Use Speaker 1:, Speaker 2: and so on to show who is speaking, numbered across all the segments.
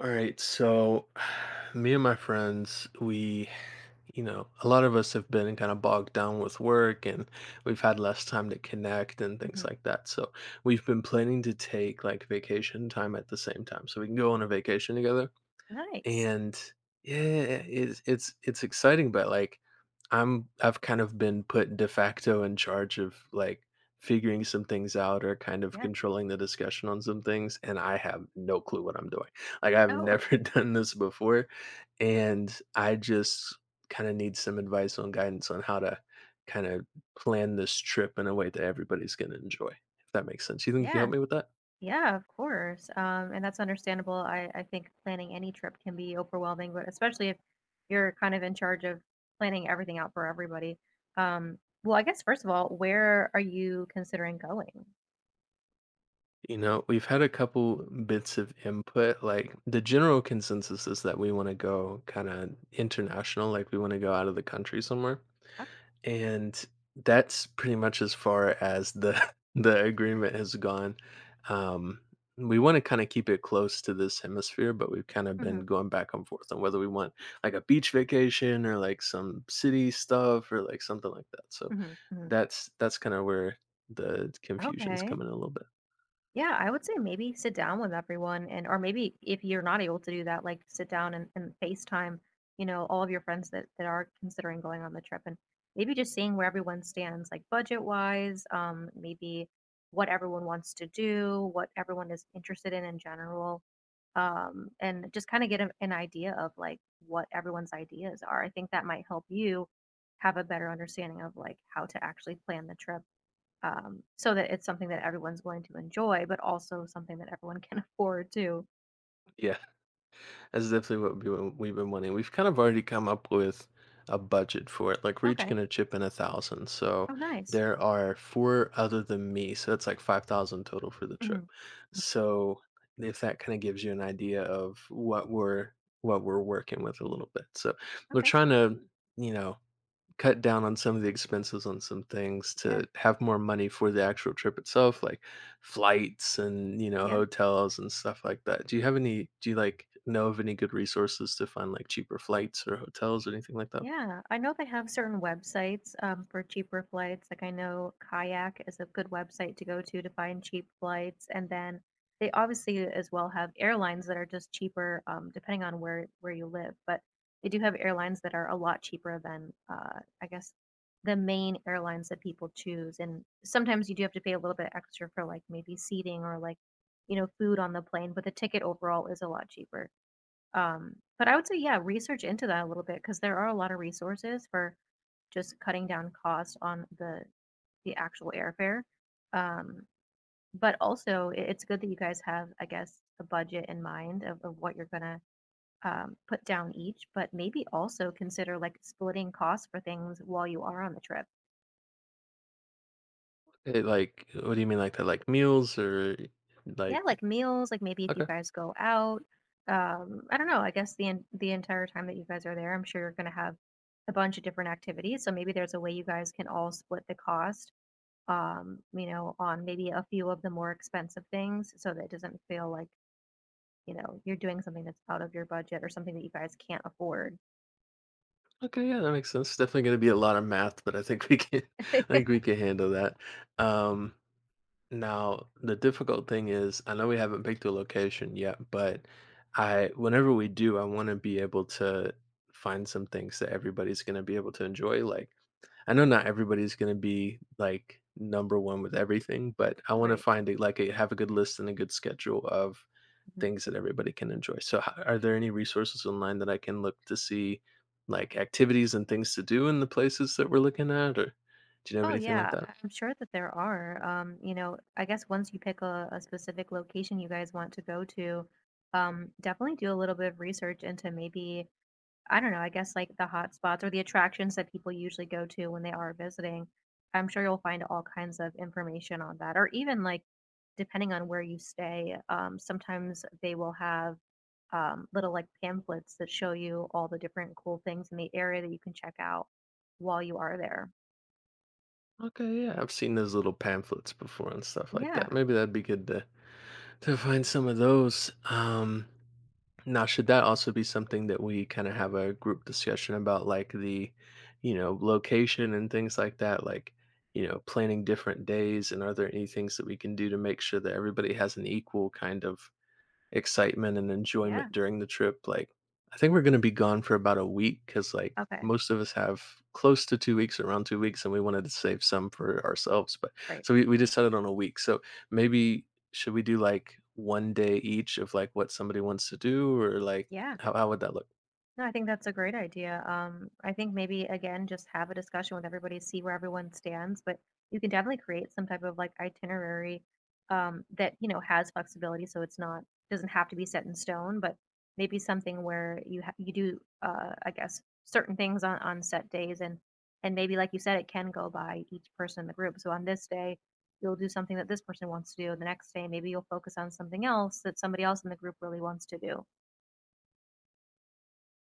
Speaker 1: All right, so me and my friends, we, a lot of us have been kind of bogged down with work and we've had less time to connect and things
Speaker 2: Mhm.
Speaker 1: like that. So we've been planning to take like vacation time at the same time so we can go on a vacation together.
Speaker 2: Nice.
Speaker 1: And, yeah, it's exciting, but, like, I've kind of been put de facto in charge of, like, figuring some things out or kind of
Speaker 2: Yeah.
Speaker 1: controlling the discussion on some things, and I have no clue what I'm doing. Like, I've
Speaker 2: Oh,
Speaker 1: never done this before, and I just kinda need some advice on guidance on how to kinda plan this trip in a way that everybody's gonna enjoy. If that makes sense. You think you can help
Speaker 2: yeah.
Speaker 1: me with that?
Speaker 2: Yeah, of course. And that's understandable. I think planning any trip can be overwhelming, but especially if you're kind of in charge of planning everything out for everybody. Well, I guess first of all, where are you considering going?
Speaker 1: You know, we've had a couple bits of input. Like the general consensus is that we want to go kind of international, like we want to go out of the country somewhere.
Speaker 2: Oh,
Speaker 1: And that's pretty much as far as the the agreement has gone. Um, we want to kind of keep it close to this hemisphere, but we've kind of been
Speaker 2: mhm,
Speaker 1: going back and forth on whether we want like a beach vacation or like some city stuff or like something like that. So
Speaker 2: mhm, mhm.
Speaker 1: that's kind of where the confusion's
Speaker 2: Okay.
Speaker 1: coming in a little bit.
Speaker 2: Yeah, I would say maybe sit down with everyone and or maybe if you're not able to do that, like sit down and FaceTime, you know, all of your friends that are considering going on the trip and maybe just seeing where everyone stands, like budget wise, maybe what everyone wants to do, what everyone is interested in general. And just kind of get an idea of like what everyone's ideas are. I think that might help you have a better understanding of like how to actually plan the trip so that it's something that everyone's going to enjoy, but also something that everyone can afford too.
Speaker 1: Yeah. That's definitely what we've been wanting. We've kind of already come up with a budget for it. Like we're each
Speaker 2: Okay.
Speaker 1: gonna chip in 1,000. So
Speaker 2: Oh, nice.
Speaker 1: there are four other than me. So that's like 5,000 total for the trip.
Speaker 2: Hmm.
Speaker 1: So if that kind of gives you an idea of what we're working with a little bit. So we're
Speaker 2: Okay.
Speaker 1: trying to, you know, cut down on some of the expenses on some things
Speaker 2: Yeah.
Speaker 1: to have more money for the actual trip itself, like flights and, you know,
Speaker 2: Yeah.
Speaker 1: hotels and stuff like that. Do you, like, know of any good resources to find, like, cheaper flights or hotels or anything like that?
Speaker 2: Yeah, I know they have certain websites for cheaper flights. Like I know Kayak is a good website to go to find cheap flights, and then they obviously as well have airlines that are just cheaper, depending on where you live. But they do have airlines that are a lot cheaper than, I guess, the main airlines that people choose. And sometimes you do have to pay a little bit extra for like maybe seating or like, you know, food on the plane, but the ticket overall is a lot cheaper. But I would say, yeah, research into that a little bit because there are a lot of resources for just cutting down costs on the actual airfare. Um, but also, it's good that you guys have, I guess, a budget in mind of what you're gonna put down each. But maybe also consider like splitting costs for things while you are on the trip.
Speaker 1: Like, what do you mean like that? Like meals or
Speaker 2: Yeah,
Speaker 1: like.
Speaker 2: like meals, like maybe if you
Speaker 1: Okay.
Speaker 2: guys go out. I don't know, I guess the en the entire time that you guys are there, I'm sure you're gonna have a bunch of different activities, so maybe there's a way you guys can all split the cost, you know, on maybe a few of the more expensive things so that it doesn't feel like, you know, you're doing something that's out of your budget or something that you guys can't afford.
Speaker 1: Okay, yeah, that makes sense. Definitely gonna be a lot of math, but I think we can I think we can handle that. Um Now, the difficult thing is, I know we haven't picked a location yet, but whenever we do, I want to be able to find some things that everybody's going to be able to enjoy. Like, I know not everybody's going to be like number one with everything, but I want to
Speaker 2: Right.
Speaker 1: find it like a, have a good list and a good schedule of
Speaker 2: Mhm.
Speaker 1: things that everybody can enjoy. So, are there any resources online that I can look to see, like activities and things to do in the places that we're looking at, or do you have
Speaker 2: Oh
Speaker 1: anything like
Speaker 2: yeah,
Speaker 1: that?
Speaker 2: I'm sure that there are. You know, I guess once you pick a specific location you guys want to go to, definitely do a little bit of research into maybe, I don't know, I guess like the hot spots or the attractions that people usually go to when they are visiting. I'm sure you'll find all kinds of information on that, or even like depending on where you stay, sometimes they will have little like pamphlets that show you all the different cool things in the area that you can check out while you are there.
Speaker 1: Okay, yeah, I've seen those little pamphlets before and stuff like
Speaker 2: Yeah,
Speaker 1: that. Maybe that'd be good to find some of those. Now, should that also be something that we kind of have a group discussion about, like the, location and things like that, like, planning different days? And are there any things that we can do to make sure that everybody has an equal kind of excitement and
Speaker 2: yeah.
Speaker 1: enjoyment during the trip. Like, I think we're going to be gone for about a week because, like,
Speaker 2: Okay,
Speaker 1: most of us have close to 2 weeks, around 2 weeks, and we wanted to save some for ourselves. But
Speaker 2: great.
Speaker 1: so we decided on a week. So maybe should we do like one day each of like what somebody wants to do, or like
Speaker 2: Yeah.
Speaker 1: how would that look?
Speaker 2: No, I think that's a great idea. I think maybe again, just have a discussion with everybody, see where everyone stands, but you can definitely create some type of like itinerary that, you know, has flexibility. So it's not, doesn't have to be set in stone, but maybe something where you you do, I guess, certain things on set days and maybe like you said, it can go by each person in the group. So on this day, you'll do something that this person wants to do. The next day, maybe you'll focus on something else that somebody else in the group really wants to do.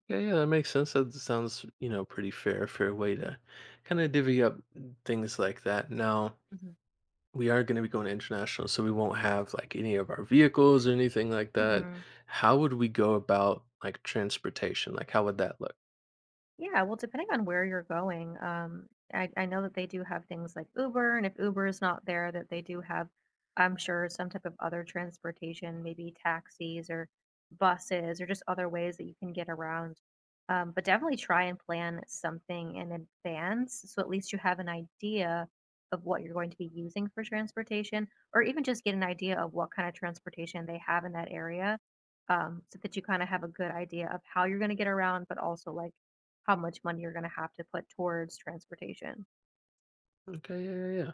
Speaker 1: Yeah, yeah, that makes sense. That sounds, pretty fair way to kind of divvy up things like that. Now,
Speaker 2: Mhm.
Speaker 1: we are going to be going international, so we won't have like any of our vehicles or anything like that.
Speaker 2: Mhm.
Speaker 1: How would we go about like transportation? Like, how would that look?
Speaker 2: Yeah, well, depending on where you're going, I know that they do have things like Uber, and if Uber is not there, that they do have, I'm sure, some type of other transportation, maybe taxis or buses or just other ways that you can get around. But definitely try and plan something in advance so at least you have an idea of what you're going to be using for transportation, or even just get an idea of what kind of transportation they have in that area, so that you kind of have a good idea of how you're going to get around, but also like how much money you're gonna have to put towards transportation.
Speaker 1: Okay, yeah, yeah.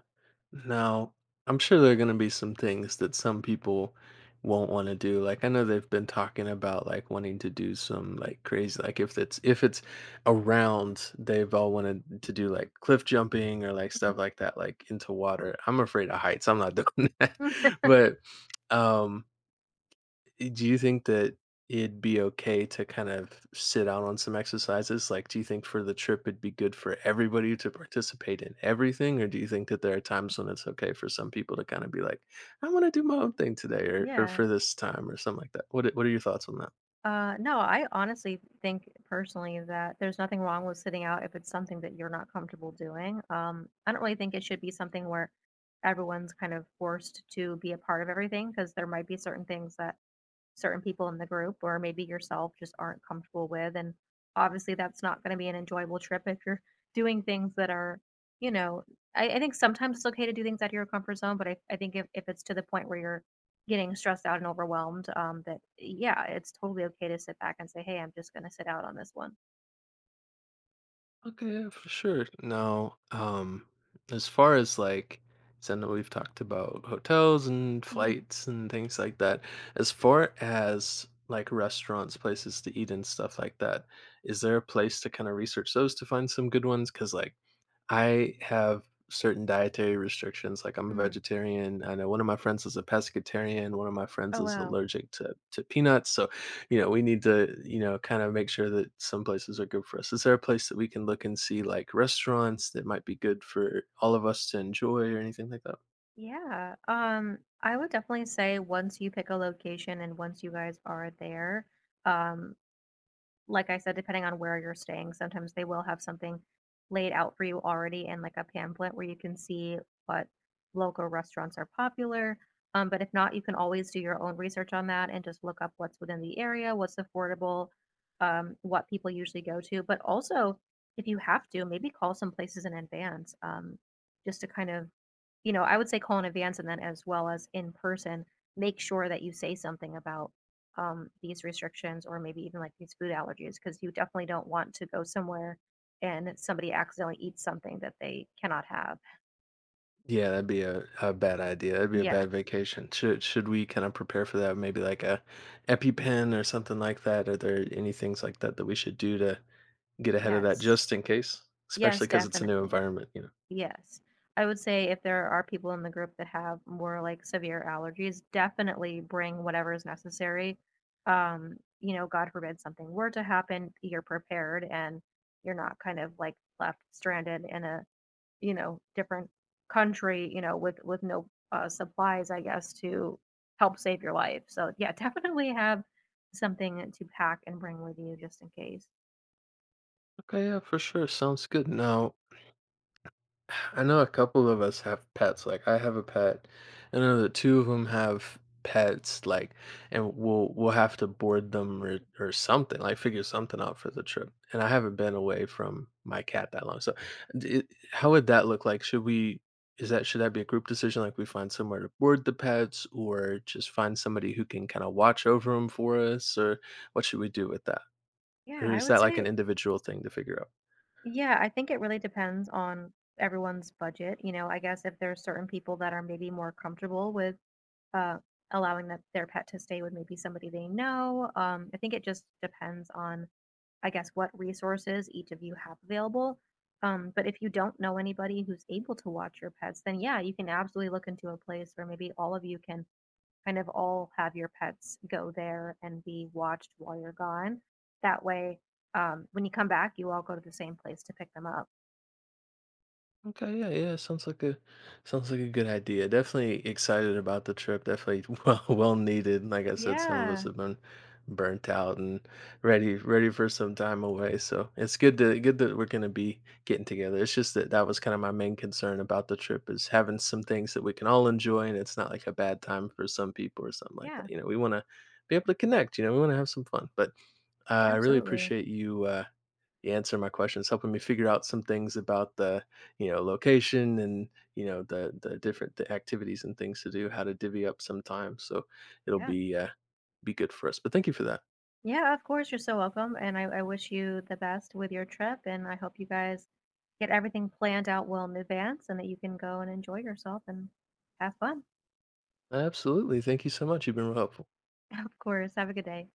Speaker 1: Yeah. Now, I'm sure there are going to be some things that some people won't want to do. Like, I know they've been talking about like wanting to do some like crazy, like if it's around, they've all wanted to do like cliff jumping or like stuff like that, like into water. I'm afraid of heights. I'm not doing that,
Speaker 2: Mhm.
Speaker 1: but um Do you think that it'd be okay to kind of sit out on some exercises? Like, do you think for the trip it'd be good for everybody to participate in everything? Or do you think that there are times when it's okay for some people to kind of be like, I want to do my own thing today or
Speaker 2: Yeah.
Speaker 1: for this time or something like that? What are your thoughts on that?
Speaker 2: No, I honestly think personally that there's nothing wrong with sitting out if it's something that you're not comfortable doing. I don't really think it should be something where everyone's kind of forced to be a part of everything because there might be certain things that certain people in the group or maybe yourself just aren't comfortable with. And obviously, that's not going to be an enjoyable trip if you're doing things that are, you know, I think sometimes it's okay to do things out of your comfort zone, but I think if it's to the point where you're getting stressed out and overwhelmed, that yeah, it's totally okay to sit back and say, hey, I'm just going to sit out on this one.
Speaker 1: Okay, yeah, for sure. Now, as far as like, so I know we've talked about hotels and flights and things like that. As far as like restaurants, places to eat and stuff like that, is there a place to kind of research those to find some good ones? Because like I have certain dietary restrictions. Like I'm a
Speaker 2: Mm-hmm.
Speaker 1: vegetarian. I know one of my friends is a pescatarian. One of my friends
Speaker 2: Oh,
Speaker 1: is
Speaker 2: wow.
Speaker 1: allergic to peanuts. So, we need to, kind of make sure that some places are good for us. Is there a place that we can look and see like restaurants that might be good for all of us to enjoy or anything like that?
Speaker 2: Yeah. I would definitely say once you pick a location and once you guys are there, um, like I said, depending on where you're staying, sometimes they will have something laid out for you already in like a pamphlet where you can see what local restaurants are popular. But if not, you can always do your own research on that and just look up what's within the area, what's affordable, what people usually go to. But also, if you have to, maybe call some places in advance just to kind of you know, I would say call in advance and then as well as in person, make sure that you say something about these restrictions or maybe even like these food allergies because you definitely don't want to go somewhere and somebody accidentally eats something that they cannot have.
Speaker 1: Yeah, that'd be a bad idea. That'd be a
Speaker 2: Yeah.
Speaker 1: bad vacation. Should we kind of prepare for that? Maybe like a EpiPen or something like that. Are there any things like that that we should do to get ahead of that
Speaker 2: Yes.
Speaker 1: just in case,
Speaker 2: Yes,
Speaker 1: especially because it's a new
Speaker 2: definitely.
Speaker 1: environment, you know.
Speaker 2: Yes. I would say if there are people in the group that have more like severe allergies, definitely bring whatever is necessary. You know, God forbid something were to happen, you're prepared and you're not kind of like left stranded in a, you know, different country, you know, with no supplies, I guess, to help save your life. So yeah, definitely have something to pack and bring with you just in case.
Speaker 1: Okay, yeah, for sure. Sounds good. Now, I know a couple of us have pets. Like I have a pet, I know that two of them have pets. Like, and we'll have to board them or something. Like figure something out for the trip. And I haven't been away from my cat that long. So, how would that look like? Should we? Is that should that be a group decision? Like we find somewhere to board the pets, or just find somebody who can kind of watch over them for us, or what should we do with that?
Speaker 2: Yeah,
Speaker 1: Or
Speaker 2: I
Speaker 1: is
Speaker 2: would
Speaker 1: that like an
Speaker 2: say
Speaker 1: individual thing to figure out?
Speaker 2: Yeah, I think it really depends on everyone's budget. You know, I guess if there's certain people that are maybe more comfortable with uh, allowing that their pet to stay with maybe somebody they know. I think it just depends on, I guess, what resources each of you have available. But if you don't know anybody who's able to watch your pets, then yeah, you can absolutely look into a place where maybe all of you can kind of all have your pets go there and be watched while you're gone. That way, when you come back, you all go to the same place to pick them up.
Speaker 1: Okay, yeah, yeah. Sounds like a good idea. Definitely excited about the trip. Definitely well needed. Like I said, some of us
Speaker 2: Yeah,
Speaker 1: have been burnt out and ready for some time away. So it's good that we're gonna be getting together. It's just that that was kind of my main concern about the trip is having some things that we can all enjoy and it's not like a bad time for some people or something like
Speaker 2: yeah,
Speaker 1: that. You know, we want to be able to connect. You know, we want to have some fun. But I really
Speaker 2: absolutely.
Speaker 1: appreciate you. You answer my questions, helping me figure out some things about the, location and, the activities and things to do, how to divvy up some time. So it'll
Speaker 2: Yeah.
Speaker 1: be good for us. But thank you for that.
Speaker 2: Yeah, of course, you're so welcome, and I wish you the best with your trip, and I hope you guys get everything planned out well in advance and that you can go and enjoy yourself and have fun.
Speaker 1: Absolutely. Thank you so much. You've been real helpful.
Speaker 2: Of course, have a good day.